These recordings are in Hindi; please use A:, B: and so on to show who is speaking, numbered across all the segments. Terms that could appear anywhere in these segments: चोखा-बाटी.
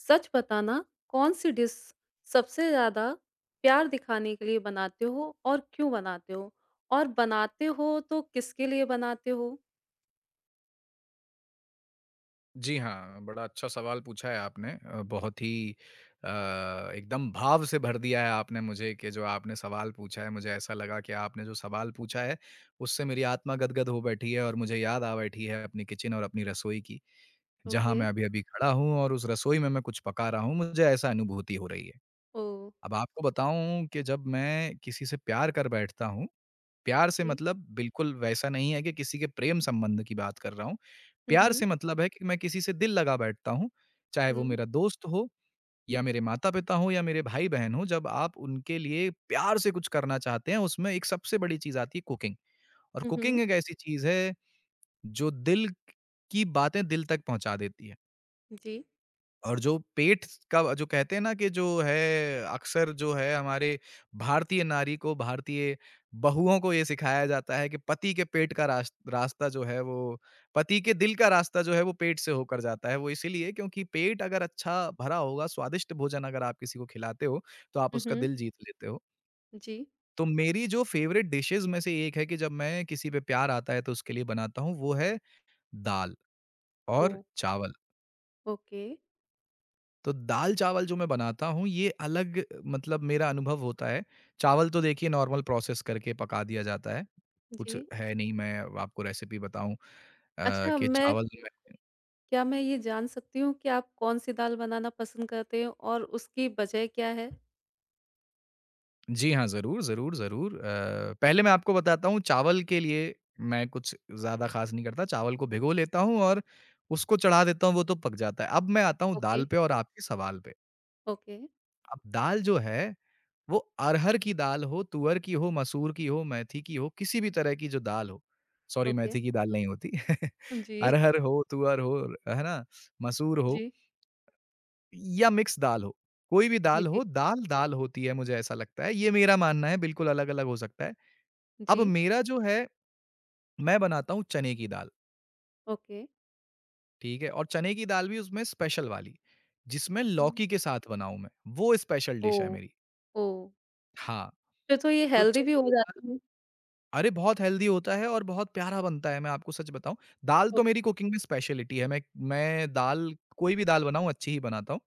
A: सच बताना कौन सी डिश सबसे ज़्यादा प्यार दिखाने के लिए बनाते हो और क्यों बनाते हो? और बनाते हो तो किसके लिए बनाते हो?
B: जी हाँ, बड़ा अच्छा सवाल पूछा है आपने। बहुत ही अ, एकदम भाव से भर दिया है आपने मुझे कि जो आपने सवाल पूछा है, मुझे ऐसा लगा कि आपने जो सवाल पूछा है, उससे मेरी आत्मा गदगद हो बैठी है और मुझे याद आ बैठी है अपनी किचन और अपनी रसोई की, जहाँ मैं
A: ओके,
B: अभी-अभी खड़ा हूँ और उस रसोई में मैं कुछ पका रहा हूँ, मुझे ऐसा अनुभूति हो रही है।
A: ओह!
B: अब आपको बताऊँ कि जब मैं किसी से प्यार कर बैठता हूँ। प्यार से
A: जी।
B: मतलब बिल्कुल वैसा नहीं है कि किसी के प्रेम संबंध की बात कर रहा हूँ।
A: हुँ,
B: प्यार
A: हुँ।
B: से मतलब है कि मैं किसी से दिल लगा बैठता हूँ, चाहे वो
A: हुँ,
B: मेरा दोस्त हो या मेरे माता-पिता हों या मेरे भाई-बहन हों, जब आप उनके लिए प्यार से कुछ करना चाहते हैं, उसमें एक सबसे बड़ी चीज़ आती है कुकिंग और
A: हुँ, हुँ।
B: कुकिंग एक ऐसी चीज़ है, जो दिल की बातें दिल तक पहुँचा देती है।
A: जी।
B: और जो पेट का जो कहते हैं ना कि जो है अक्सर जो है हमारे भारतीय नारी को, भारतीय बहुओं को ये सिखाया जाता है कि पति के पेट का रास्ता जो है वो पति के दिल का रास्ता जो है वो पेट से होकर जाता है। वो इसीलिए क्योंकि पेट अगर अच्छा भरा होगा, स्वादिष्ट भोजन अगर आप किसी को खिलाते हो, तो आप
A: हुँ,
B: उसका
A: हुँ।
B: दिल जीत लेते हो।
A: जी।
B: तो मेरी जो फ़ेवरेट डिशेज़ में से एक है कि जब मैं किसी पे प्यार आता है तो उसके लिए बनाता हूँ, वो है दाल और
A: ओह!
B: चावल।
A: ओके।
B: तो दाल-चावल जो मैं बनाता हूँ, ये अलग मतलब मेरा अनुभव होता है। चावल तो देखिए नॉर्मल प्रोसेस करके पका दिया जाता है। कुछ
A: जी।
B: है नहीं मैं आपको रेसिपी बताऊँ
A: अच्छा
B: कि
A: मैं
B: चावल मैं
A: क्या मैं ये जान सकती हूँ कि आप कौन-सी दाल बनाना पसंद करते हो और उसकी वजह क्या है?
B: जी हाँ, ज़रूर, ज़रूर, ज़रूर। पहले मैं आपको बताता हूँ चावल के लिए मैं कुछ ज़्यादा ख़ास नहीं करता। चावल को भिगो लेता हूँ और उसको चढ़ा देता हूँ, वो तो पक जाता है। अब मैं आता हूँ
A: ओके,
B: दाल पे और आपके सवाल पे।
A: ओके,
B: अब दाल जो है वो अरहर की दाल हो, तुअर की हो, मसूर की हो, मेथी की हो, किसी भी तरह की जो दाल हो, सॉरी
A: ओके।
B: मेथी की दाल नहीं होती
A: जी,
B: अरहर हो, तुअर हो, है ना? मसूर हो
A: जी,
B: या मिक्स दाल हो, कोई भी
A: जी,
B: दाल
A: जी,
B: हो, दाल होती है मुझे ऐसा लगता है, ये मेरा मानना है, बिल्कुल अलग-अलग हो सकता है। अब
A: जी।
B: मेरा जो है, मैं बनाता हूँ चने की दाल,
A: ओके।
B: ठीक है? और चने की दाल भी उसमें स्पेशल वाली, जिसमें
A: हुँ,
B: लौकी के साथ बनाऊँ मैं, वो स्पेशल डिश है
A: ओह!
B: मेरी।
A: ओह!
B: हाँ,
A: फिर तो ये
B: तो
A: हेल्दी भी
B: चने
A: हो
B: की दाल
A: जाती है।
B: अरे! बहुत हेल्दी होता है और बहुत प्यारा बनता है, मैं आपको सच बताऊँ। दाल
A: ओ
B: तो मेरी कुकिंग में स्पेशलिटी है, मैं दाल कोई भी दाल बनाऊँ अच्छी ही बनाता हूँ।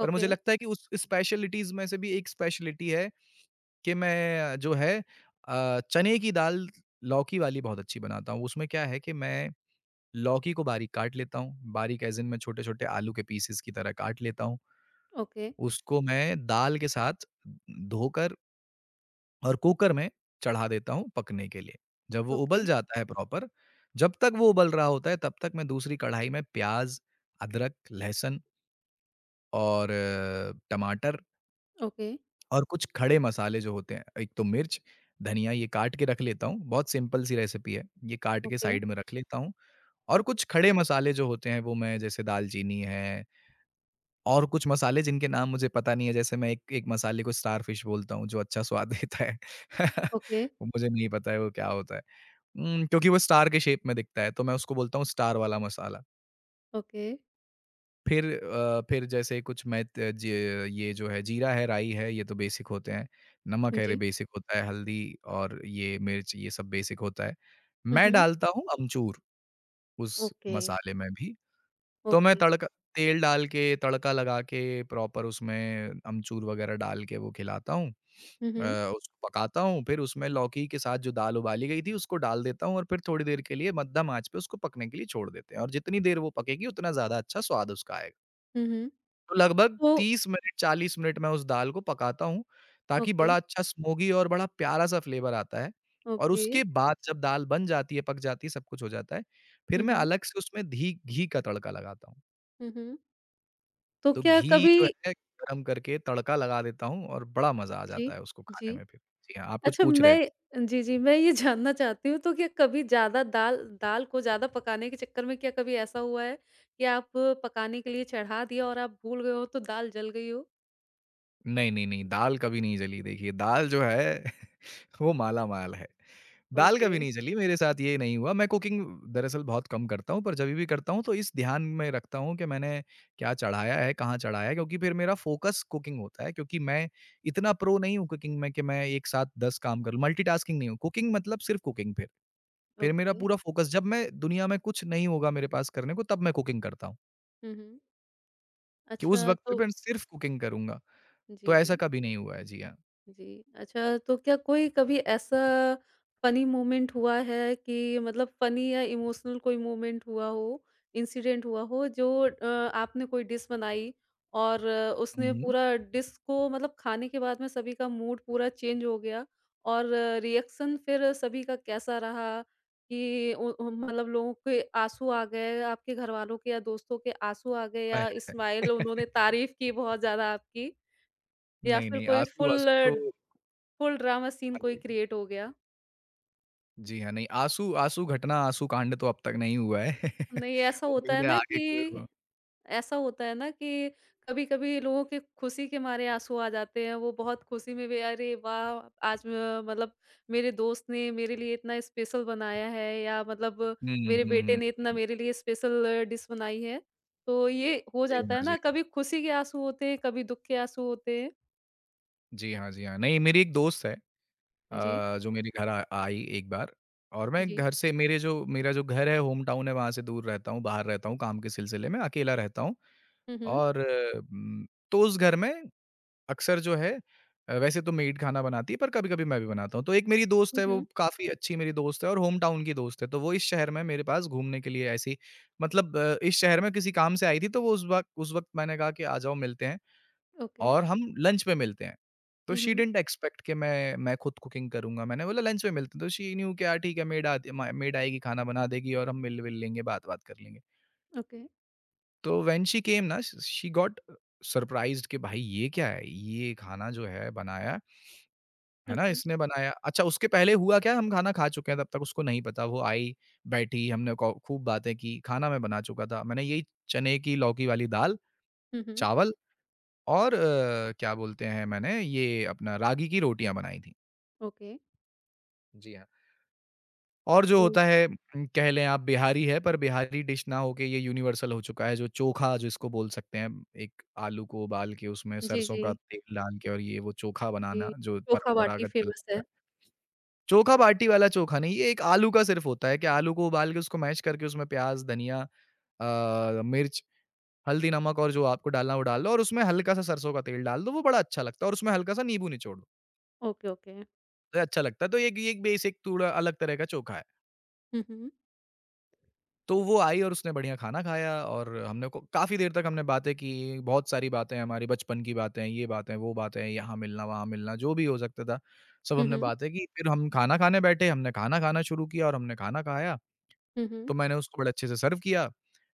B: पर मुझे
A: ओके,
B: लगता है कि उस स्पेशलिटीज़ में से भी एक स्पेशलिटी है कि मैं जो है चने की दाल लौकी वाली बहुत अच्छी बनाता हूँ। उसमें क्या है कि मैं लौकी को बारीक काट लेता हूँ, बारीक ऐज़ इन मैं छोटे-छोटे आलू के पीसेस की तरह काट लेता हूँ।
A: ओके,
B: उसको मैं दाल के साथ धोकर और कुकर में चढ़ा देता हूँ पकने के लिए। जब वो
A: ओके,
B: उबल जाता है प्रॉपर, जब तक वो उबल रहा होता है तब तक मैं दूसरी कढ़ाई में प्याज़, अदरक, लहसुन और टमाटर
A: ओके,
B: और कुछ खड़े मसाले जो होते हैं, एक तो मिर्च, धनिया ये काट के रख लेता हूँ, बहुत सिंपल सी रेसिपी है। ये काट के
A: ओके,
B: साइड में रख लेता हूँ और
A: ओके,
B: कुछ खड़े मसाले जो होते हैं वो मैं जैसे दालचीनी है और कुछ मसाले जिनके नाम मुझे पता नहीं है, जैसे मैं एक एक मसाले को स्टारफिश बोलता हूँ, जो अच्छा स्वाद देता है।
A: ओके,
B: वो मुझे नहीं पता है वो क्या होता है। क्योंकि वो स्टार के शेप में दिखता है, तो मैं उसको बोलता हूँ स्टार वाला मसाला।
A: ओके,
B: फिर जैसे कुछ मैं त ज ये जो है जीरा है, राई है, ये तो बेसिक होते हैं। नमक है, ये
A: जी।
B: बेसिक होता है, हल्दी और ये मिर्च ये सब बेसिक होता है।
A: हुँ,
B: मैं
A: हुँ।
B: डालता हूँ अमचूर उस
A: ओके,
B: मसाले में भी। तो मैं
A: ओके।
B: तड़का तेल डाल के, तड़का लगा के प्रॉपर उसमें अमचूर वगैरह डाल के वो खिलाता हूँ।
A: हुँ, हुँ।
B: उसको पकाता हूँ, फिर उसमें लौकी के साथ जो दाल उबाली गई थी उसको डाल देता हूँ और फिर थोड़ी देर के लिए मध्यम आँच पे उसको पकने के लिए छोड़ देते हैं और जितनी देर वो पकेगी उतना ज़्यादा अच्छा स्वाद उसका आएगा।
A: हुँ, हुँ।
B: तो लगभग
A: तो
B: 30 मिनट, 40 मिनट मैं उस दाल को पकाता हूँ, ताकि
A: ओके,
B: बड़ा अच्छा स्मोगी और बड़ा प्यारा-सा फ्लेवर आता है और
A: ओके।
B: उसके बाद जब दाल बन जाती है, पक जाती है, सब कुछ हो जाता है, फिर
A: हुँ,
B: मैं
A: हुँ।
B: अलग से उसमें धी घी का तड़का लगाता हूँ।
A: हुँ, हुँ। तो
B: तो
A: क्या
B: घी
A: कभी
B: जो है गरम करके तड़का लगा देता हूँ और बड़ा मज़ा आ
A: जी,
B: जाता है उसको
A: जी।
B: खाने में फिर। जी हाँ, आप कुछ
A: अच्छा
B: पूछ रहे
A: मैं
B: थे?
A: जी, जी, मैं ये जानना चाहती हूँ। तो क्या कभी ज़्यादा दाल दाल को ज़्यादा पकाने के चक्कर में क्या कभी ऐसा हुआ है कि आप पकाने के लिए चढ़ा दिया और आप भूल गए हो तो दाल जल गई हो?
B: नहीं, नहीं, नहीं, दाल कभी नहीं जली देखिए, दाल जो है वो मालामाल है। दाल
A: ओके।
B: कभी नहीं जली, मेरे साथ ये नहीं हुआ। मैं कुकिंग दरअसल बहुत कम करता हूँ, पर जभी भी करता हूँ तो इस ध्यान में रखता हूँ कि मैंने क्या चढ़ाया है, कहाँ चढ़ाया है क्योंकि फिर मेरा फ़ोकस कुकिंग होता है क्योंकि मैं इतना प्रो नहीं हूँ कुकिंग में कि मैं एक साथ 10 काम कर लूँ, मल्टीटास्किंग नहीं हूँ। कुकिंग मतलब सिर्फ़ कुकिंग फिर। फिर मेरा
A: ओके।
B: पूरा फ़ोकस जब मैं दुनिया में कुछ नहीं होगा मेरे पास करने को तब मैं कुकिंग करता हूँ,
A: हुँ, हुँ।
B: कि उस
A: अच्छा
B: वक़्त पे
A: तो
B: मैं सिर्फ़ कुकिंग करूँगा, तो
A: जी,
B: ऐसा
A: जी।
B: कभी नहीं हुआ है, जी हाँ।
A: जी, अच्छा तो क्या कोई कभी ऐसा फ़नी मोमेंट हुआ है कि मतलब फ़नी या इमोशनल कोई मोमेंट हुआ हो, इंसिडेंट हुआ हो जो आपने कोई डिश बनाई और
B: हुँ,
A: उसने
B: हुँ।
A: पूरा डिश को मतलब खाने के बाद में सभी का मूड पूरा चेंज हो गया और रिएक्शन फिर सभी का कैसा रहा कि उ उ मतलब लोगों के आँसू आ गए, आपके घरवालों के या दोस्तों के आँसू आ गए
B: अ,
A: या स्माइल उन्होंने तारीफ़ की बहुत ज़्यादा आपकी या
B: नहीं,
A: फिर
B: नहीं,
A: कोई फुल
B: आँसू-वाँसू तो
A: फुल ड्रामा सीन कोई
B: अरे!
A: क्रिएट हो गया।
B: जी हाँ, नहीं आँसू आँसू घटना, आँसू कांड तो अब तक नहीं हुआ है।
A: नहीं ऐसा होता है
B: उम्मीद है
A: ना
B: आगे कोई हो।
A: कि ऐसा होता है ना कि कभी-कभी लोगों के खुशी के मारे आँसू आ जाते हैं। वो बहुत खुशी में भी अरे वाह! आज म मतलब मेरे दोस्त ने मेरे लिए इतना स्पेशल बनाया है या मतलब
B: हुँ, हुँ,
A: मेरे बेटे
B: हुँ,
A: ने इतना
B: हुँ।
A: मेरे लिए स्पेशल डिश बनाई है। तो ये हो
B: जी
A: जाता
B: हाँ,
A: है
B: जी
A: ना
B: हाँ।
A: कभी खुशी के आँसू होते हैं, कभी दुःख के आँसू होते हैं।
B: जी हाँ, जी हाँ। नहीं मेरी एक दोस्त है
A: जी,
B: जो मेरे घर आ आई एक बार और मैं
A: जी।
B: घर से मेरे जो मेरा जो घर है, होम टाउन है, वहाँ से दूर रहता हूँ, बाहर रहता हूँ काम के सिलसिले में, अकेला रहता हूँ।
A: हुँ, हुँ।
B: और तो उस घर में अक्सर जो है वैसे तो मेड खाना बनाती है पर कभी-कभी मैं भी बनाता हूँ। तो एक मेरी दोस्त
A: हुँ,
B: है वो
A: हुँ।
B: काफ़ी अच्छी मेरी दोस्त है और होम टाउन की दोस्त है। तो वो इस शहर में मेरे पास घूमने के लिए ऐसी मतलब इस शहर में किसी काम से आई थी तो वो उस वक़्त मैंने कहा कि आ जाओ मिलते हैं
A: ओके।
B: और हम लंच पे मिलते हैं। तो
A: हुँ,
B: शी
A: हुँ।
B: डिडन्ट एक्सपेक्ट कि मैं खुद कुकिंग करूँगा। मैंने बोला लंच पे मिलते हैं तो शी न्यू कि यार ठीक है मेड आती म मेड आएगी खाना बना देगी और हम मिल-विल लेंगे, बात-वात कर लेंगे।
A: ओके,
B: तो व्हेन शी केम ना शी गॉट सरप्राइज्ड कि भाई ये क्या है? ये खाना जो है बनाया, है ना?
A: ओके।
B: इसने बनाया। अच्छा उसके पहले हुआ क्या? हम खाना खा चुके हैं तब तक उसको नहीं पता। वो आई, बैठी, हमने को खूब बातें की, खाना मैं बना चुका था। मैंने यही चने की लौकी वाली दाल,
A: हुँ, हुँ।
B: चावल और क्या बोलते हैं मैंने ये अपना रागी की रोटियाँ बनाई थीं।
A: ओके।
B: जी हाँ। और जो
A: तो
B: होता है कह लें आप बिहारी है, पर बिहारी डिश ना होके ये यूनिवर्सल हो चुका है, जो चोखा जिसको बोल सकते हैं। एक आलू को उबाल के उसमें
A: जी,
B: सरसों का
A: जी।
B: तेल डाल के और ये वो चोखा बनाना
A: जी,
B: जो
A: चोखा-बाटी
B: परंपरागत चल
A: फ़ेमस
B: रहा
A: है।
B: है। चोखा बाटी वाला चोखा नहीं, ये एक आलू का सिर्फ़ होता है कि आलू को उबाल के उसको मैश करके उसमें प्याज़, धनिया मिर्च, हल्दी, नमक और जो आपको डालना है वो डाल दो और उसमें हल्का-सा सरसों का तेल डाल दो, वो बड़ा अच्छा लगता है और उसमें हल्का-सा नींबू निचोड़ दो।
A: Okay, okay.
B: तो ये अच्छा लगता है, तो एक ये एक बेसिक थोड़ा अलग तरह का चोखा है।
A: हुँ, हुँ।
B: तो वो आई और उसने बढ़िया खाना खाया और हमने को काफ़ी देर तक हमने बातें की, बहुत सारी बातें हमारी बचपन की बातें, ये बातें, वो बातें, यहाँ मिलना, वहाँ मिलना, जो भी हो सकता था, सब
A: हुँ,
B: हमने
A: हुँ।
B: बातें की। फिर हम खाना खाने बैठे, हमने खाना खाना शुरू किया और हमने खाना खाया,
A: हुँ, हुँ।
B: तो मैंने उसको बड़े अच्छे से सर्व किया।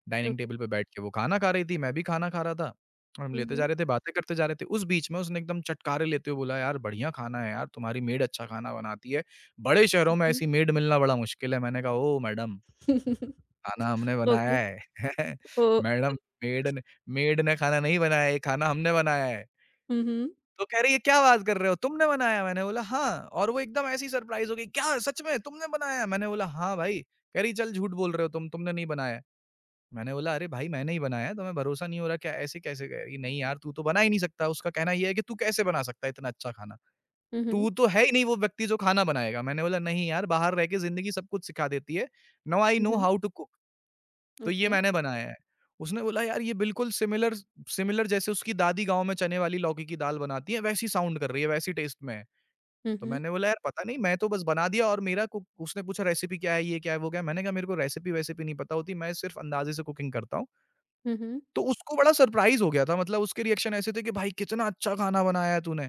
B: Dining
A: okay.
B: टेबल पे बैठ के वो खाना खा रही थी, मैं भी खाना खा रहा था और हम
A: हुँ,
B: लेते
A: हुँ।
B: जा रहे थे, बातें करते जा रहे थे। उस बीच में उसने एकदम चटकारे लेते हुए बोला, "यार, बढ़िया खाना है यार, तुम्हारी मेड अच्छा खाना बनाती है। बड़े शहरों
A: हुँ,
B: में
A: हुँ।
B: ऐसी मेड मिलना बड़ा मुश्किल है।" मैंने कहा, "ओह! मैडम। खाना हमने बनाया
A: ओके।
B: है।
A: ओ
B: मैडम मेड ने मेड ने खाना नहीं बनाया है, ये खाना हमने बनाया है।"
A: हुँ, हुँ।
B: तो कह रही है क्या बात कर रहे हो? तुमने बनाया? मैंने बोला हाँ और वो एकदम ऐसी सरप्राइज़ हो गई, क्या सच में तुमने बनाया? मैंने बोला हाँ भाई। कह रही चल झूठ बोल रहे हो तुम, तुमने नहीं बनाया है। मैंने बोला अरे भाई मैंने ही बनाया है, तुम्हें भरोसा नहीं हो रहा क्या? ऐसे कैसे कह रही नहीं यार, तू तो बना ही नहीं सकता। उसका कहना ये है कि तू कैसे बना सकता है इतना अच्छा खाना?
A: हुँ, हुँ।
B: तू तो है ही नहीं वो व्यक्ति जो खाना बनाएगा। मैंने बोला नहीं यार, बाहर रह के ज़िंदगी सब कुछ सिखा देती है। नौ आई
A: हुँ,
B: नो
A: हुँ।
B: How to cook. तो ये
A: ओके।
B: मैंने बनाया है। उसने बोला यार ये बिल्कुल सिमिलर सिमिलर, जैसे उसकी दादी गाँव में चने वाली लौकी की दाल बनाती है वैसी साउंड कर रही है, वैसी टेस्ट में है।
A: हुँ,
B: तो
A: हुँ।
B: मैंने बोला यार पता नहीं, मैं तो बस बना दिया। और मेरा कुक, उसने पूछा रेसिपी क्या है, ये क्या है, वो क्या है? मैंने कहा मेरे को रेसिपी-वेसिपी नहीं पता होती, मैं सिर्फ अंदाज़े से कुकिंग करता हूँ।
A: हुँ, हुँ।
B: तो उसको बड़ा सरप्राइज़ हो गया था, मतलब उसके रिएक्शन ऐसे थे कि भाई कितना अच्छा खाना बनाया है तूने।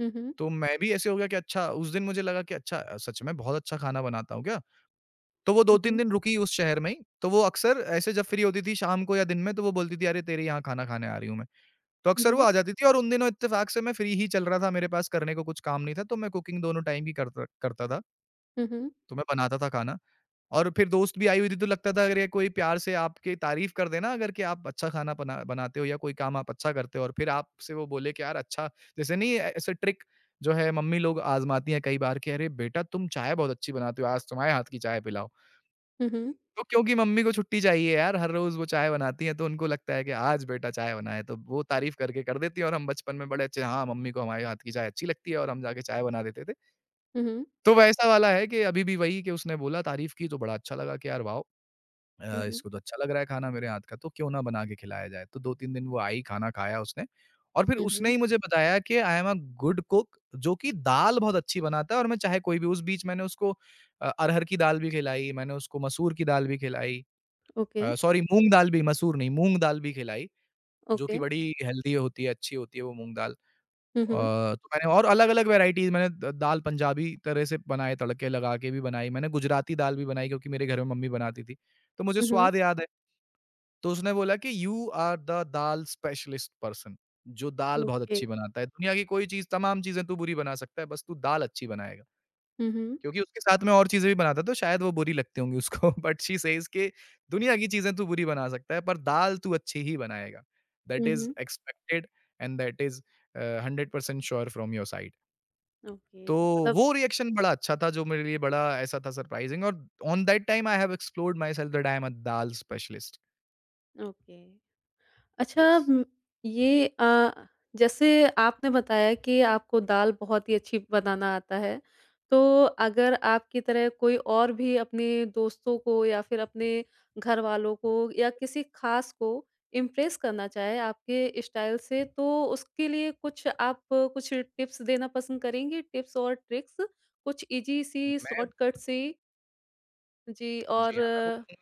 A: हुँ, हुँ।
B: तो मैं भी ऐसे हो गया कि अच्छा, उस दिन मुझे लगा कि अच्छा, सच में बहुत अच्छा खाना बनाता हूँ क्या? तो वो
A: हुँ,
B: 2-3
A: हुँ।
B: दिन रुकी उस शहर में ही, तो वो अक्सर ऐसे जब फ्री होती थी शाम को या दिन में तो वो बोलती थी, "अरे! तेरे यहाँ खाना खाने आ रही हूँ मैं।" तो
A: हुँ,
B: अक्सर वो
A: हुँ।
B: आ जाती थी, और उन दिनों इत्तेफ़ाक से मैं फ्री ही चल रहा था, मेरे पास करने को कुछ काम नहीं था, तो मैं कुकिंग दोनों टाइम की करता करता था,
A: हुँ, हुँ।
B: तो मैं बनाता था खाना। और फिर दोस्त भी आई हुई थी, तो लगता था अगर ये कोई प्यार से आपकी तारीफ़ कर देना, अगर कि आप अच्छा खाना बनाते हो या कोई काम आप अच्छा करते हो और फिर आपसे वो बोले कि यार अच्छा, जैसे नहीं ऐ ऐसे ट्रिक जो है मम्मी लोग आज़माती हैं कई बार कि, "अरे! बेटा तुम चाय बहुत अच्छी बनाते हो, आज तुम्हारे हाथ की चाय पिलाओ।"
A: हुँ, हुँ।
B: तो क्योंकि मम्मी को छुट्टी चाहिए यार, हर रोज़ वो चाय बनाती हैं, तो उनको लगता है कि आज बेटा चाय बनाए, तो वो तारीफ़ करके कर देती हैं, और हम बचपन में बड़े अच्छे, हाँ, मम्मी को हमारे हाथ की चाय अच्छी लगती है, और हम जाके चाय बना देते थे।
A: हुँ, हुँ।
B: तो वैसा वाला है कि अभी भी वही कि उसने बोला, तारीफ़ की तो बड़ा अच्छा लगा कि यार वाओ!
A: हुँ, हुँ।
B: इसको तो अच्छा लग रहा है खाना मेरे हाथ का, तो क्यों ना बना के खिलाया जाए? तो 2-3 दिन वो आई, खाना खाया उसने, और फिर
A: हुँ,
B: उसने
A: हुँ।
B: ही मुझे बताया कि I am a good cook, जो कि दाल बहुत अच्छी बनाता है। और मैं चाहे कोई भी, उस बीच मैंने उसको अरहर की दाल भी खिलाई, मैंने उसको मसूर की दाल भी खिलाई।
A: ओके,
B: सॉरी, मूँग दाल भी, मसूर नहीं, मूँग दाल भी खिलाई, जो
A: ओके।
B: कि बड़ी हेल्दी होती है, अच्छी होती है वो मूँग दाल। अ,
A: हुँ, हुँ।
B: तो मैंने और अलग-अलग वैराइटीज़ मैंने द दाल पंजाबी तरह से बनाए, तड़के लगा के भी बनाई, मैंने गुजराती दाल भी बनाई क्योंकि मेरे घर में मम्मी बनाती थी। तो मुझे
A: हुँ, हुँ।
B: स्वाद याद है। तो उसने बोला कि you are the dal specialist person, जो दाल बहुत
A: ओके।
B: अच्छी बनाता है। दुनिया की कोई चीज़, तमाम चीज़ें तू बुरी बना सकता है, बस तू दाल अच्छी बनाएगा।
A: हुँ, हुँ।
B: क्योंकि उसके साथ में और चीज़ें भी बनाता तो शायद वो बुरी लगती होंगी उसको। बट शी सेज़ कि दुनिया की चीज़ें तू बुरी बना सकता है, पर दाल तू अच्छी ही बनाएगा। दैट
A: हुँ,
B: इज़
A: हुँ।
B: Expected and that is 100% sure from your side.
A: Okay,
B: तो
A: मतलब
B: वो रिएक्शन बड़ा अच्छा था, जो मेरे लिए बड़ा ऐसा था सरप्राइज़िंग, और on that time I have explored my self that I am a dal specialist.
A: Okay. अच्छा
B: यस।
A: ये जैसे आपने बताया कि आपको दाल बहुत ही अच्छी बनाना आता है, तो अगर आपकी तरह कोई और भी अपने दोस्तों को या फिर अपने घरवालों को या किसी ख़ास को इम्प्रेस करना चाहे आपके स्टाइल से, तो उसके लिए कुछ आप कुछ टिप्स देना पसंद करेंगी? टिप्स और ट्रिक्स कुछ ईज़ी सी
B: मैं
A: शॉर्टकट सी? जी,
B: जी
A: और
B: हाँ, मैं बोलूँ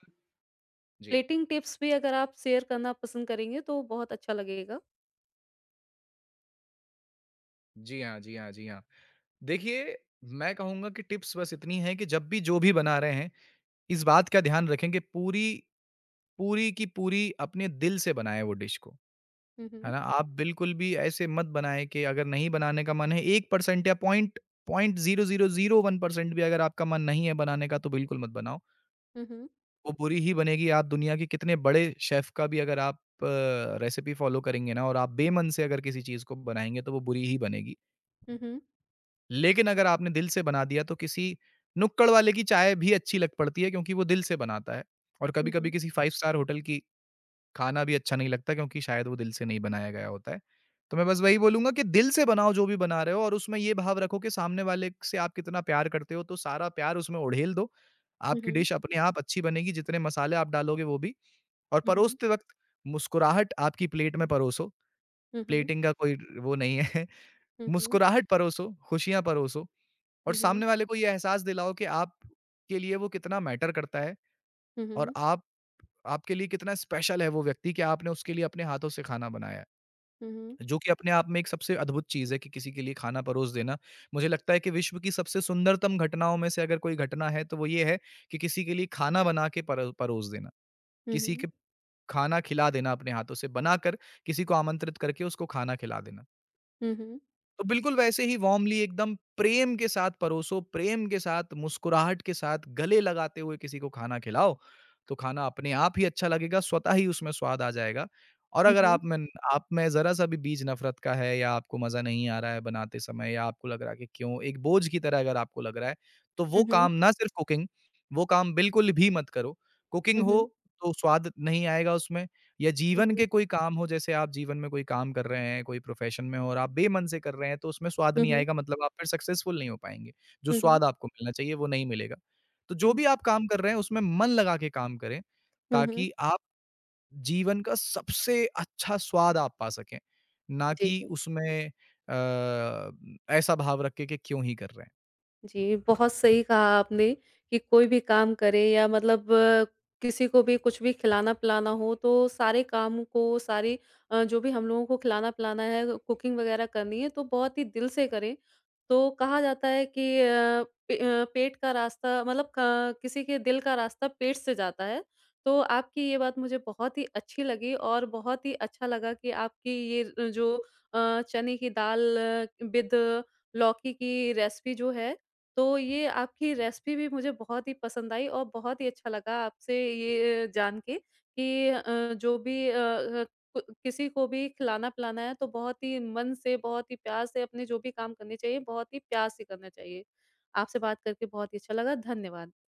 B: जी।
A: प्लेटिंग टिप्स भी अगर आप शेयर करना पसंद करेंगे, तो बहुत अच्छा लगेगा।
B: जी हाँ, जी हाँ, जी हाँ। देखिए, मैं कहूँगा कि टिप्स बस इतनी है कि जब भी जो भी बना रहे हैं, इस बात का ध्यान रखें कि पूरी पूरी की पूरी अपने दिल से बनाएँ वो डिश को,
A: हुँ,
B: है
A: हुँ।
B: ना? आप बिल्कुल भी ऐसे मत बनाएँ कि अगर नहीं बनाने का मन है, 1% या पॉइंट पॉइंट 0.001% भी अगर आपका मन नहीं है बनाने का, तो बिल्कुल मत बनाओ।
A: Mhm.
B: वो बुरी ही बनेगी। आप दुनिया के कितने बड़े शेफ़ का भी अगर आप अ, रेसिपी फ़ॉलो करेंगे ना, और आप बेमन से अगर किसी चीज़ को बनाएँगे, तो वो बुरी ही बनेगी।
A: Mhm.
B: लेकिन अगर आपने दिल से बना दिया, तो किसी नुक्कड़ वाले की चाय भी अच्छी लग पड़ती है क्योंकि वो दिल से बनाता है, और कभी-कभी
A: Mhm.
B: किसी 5 स्टार होटल की खाना भी अच्छा नहीं लगता क्योंकि शायद वो दिल से नहीं बनाया गया होता है। तो मैं बस वही
A: जी।
B: बोलूँगा कि दिल से बनाओ जो भी बना रहे हो, और उसमें ये भाव रखो कि सामने वाले से आप कितना प्यार करते हो, तो सारा प्यार उसमें उड़ेल दो। आपकी
A: Mhm.
B: डिश अपने आप अच्छी बनेगी, जितने मसाले आप डालोगे वो भी, और
A: Mhm.
B: परोसते वक़्त मुस्कुराहट आपकी प्लेट में परोसो।
A: Mhm.
B: प्लेटिंग का कोई वो नहीं है।
A: Mhm.
B: मुस्कुराहट परोसो, खुशियाँ परोसो, और
A: Mhm.
B: सामने वाले को ये एहसास दिलाओ कि आपके लिए वो कितना मैटर करता है, और
A: Mhm.
B: आप आपके लिए कितना स्पेशल है वो व्यक्ति, कि आपने उसके लिए अपने हाथों से खाना बनाया है।
A: Mhm.
B: जो कि अपने आप में एक सबसे अद्भुत चीज़ है, कि किसी के लिए खाना परोस देना। मुझे लगता है कि विश्व की सबसे सुंदरतम घटनाओं में से अगर कोई घटना है तो वो ये है कि किसी के लिए खाना बना के परोस देना। किसी
A: Mhm.
B: के खाना खिला देना अपने हाथों से बनाकर, किसी को आमंत्रित करके उसको खाना खिला देना।
A: Mhm.
B: तो बिल्कुल वैसे ही वार्मली, एकदम प्रेम के साथ परोसो, प्रेम के साथ, मुस्कुराहट के साथ, गले लगाते हुए किसी को खाना खिलाओ, तो खाना अपने आप ही अच्छा लगेगा, स्वतः ही उसमें स्वाद आ जाएगा। और अगर
A: Mhm.
B: आप में ज़रा-सा भी बीज नफ़रत का है, या आपको मज़ा नहीं आ रहा है बनाते समय, या आपको लग रहा है कि क्यों, एक बोझ की तरह अगर आपको लग रहा है, तो वो
A: Mhm.
B: काम, ना सिर्फ़ कुकिंग, वो काम बिल्कुल भी मत करो। कुकिंग हो, तो स्वाद नहीं आएगा उसमें। या जीवन के
A: Mhm.
B: कोई काम हो, जैसे आप जीवन में कोई काम कर रहे हैं, कोई प्रोफ़ेशन में हो और आप बेमन से कर रहे हैं, तो उसमें स्वाद नहीं
A: Mhm.
B: आएगा, मतलब आप फिर सक्सेसफुल नहीं हो पाएँगे। जो
A: Mhm.
B: स्वाद आपको मिलना चाहिए वो नहीं मिलेगा। तो जो
A: Mhm.
B: भी आप काम कर रहे हैं उसमें मन लगा के काम करें,
A: Mhm.
B: ताकि आप जीवन का सबसे अच्छा स्वाद आप पा सकें। ना
A: जी,
B: कि
A: जी।
B: उसमें अ, ऐसा भाव रख के कि क्यों ही कर रहे हैं।
A: जी, बहुत सही कहा आपने कि कोई भी काम करें या मतलब किसी को भी कुछ भी खिलाना-पिलाना हो तो सारे काम को सारी जो भी हम लोगों को खिलाना-पिलाना है, कुकिंग वगैरह करनी है तो बहुत ही दिल से करें। तो कहा जाता है कि पेट का रास्ता मतलब क किसी के दिल का रास्ता पेट से जाता है। तो आपकी ये बात मुझे बहुत ही अच्छी लगी और बहुत ही अच्छा लगा कि आपकी ये जो चने की दाल विद लौकी की रेसिपी जो है तो ये आपकी रेसिपी भी मुझे बहुत ही पसंद आई और बहुत ही अच्छा लगा आपसे ये जान के कि जो भी किसी को भी खिलाना पिलाना है तो बहुत ही मन से बहुत ही प्यार से अपने जो भी काम करने चाहिए बहुत ही प्यार से करना चाहिए। आपसे बात करके बहुत ही अच्छा लगा। धन्यवाद।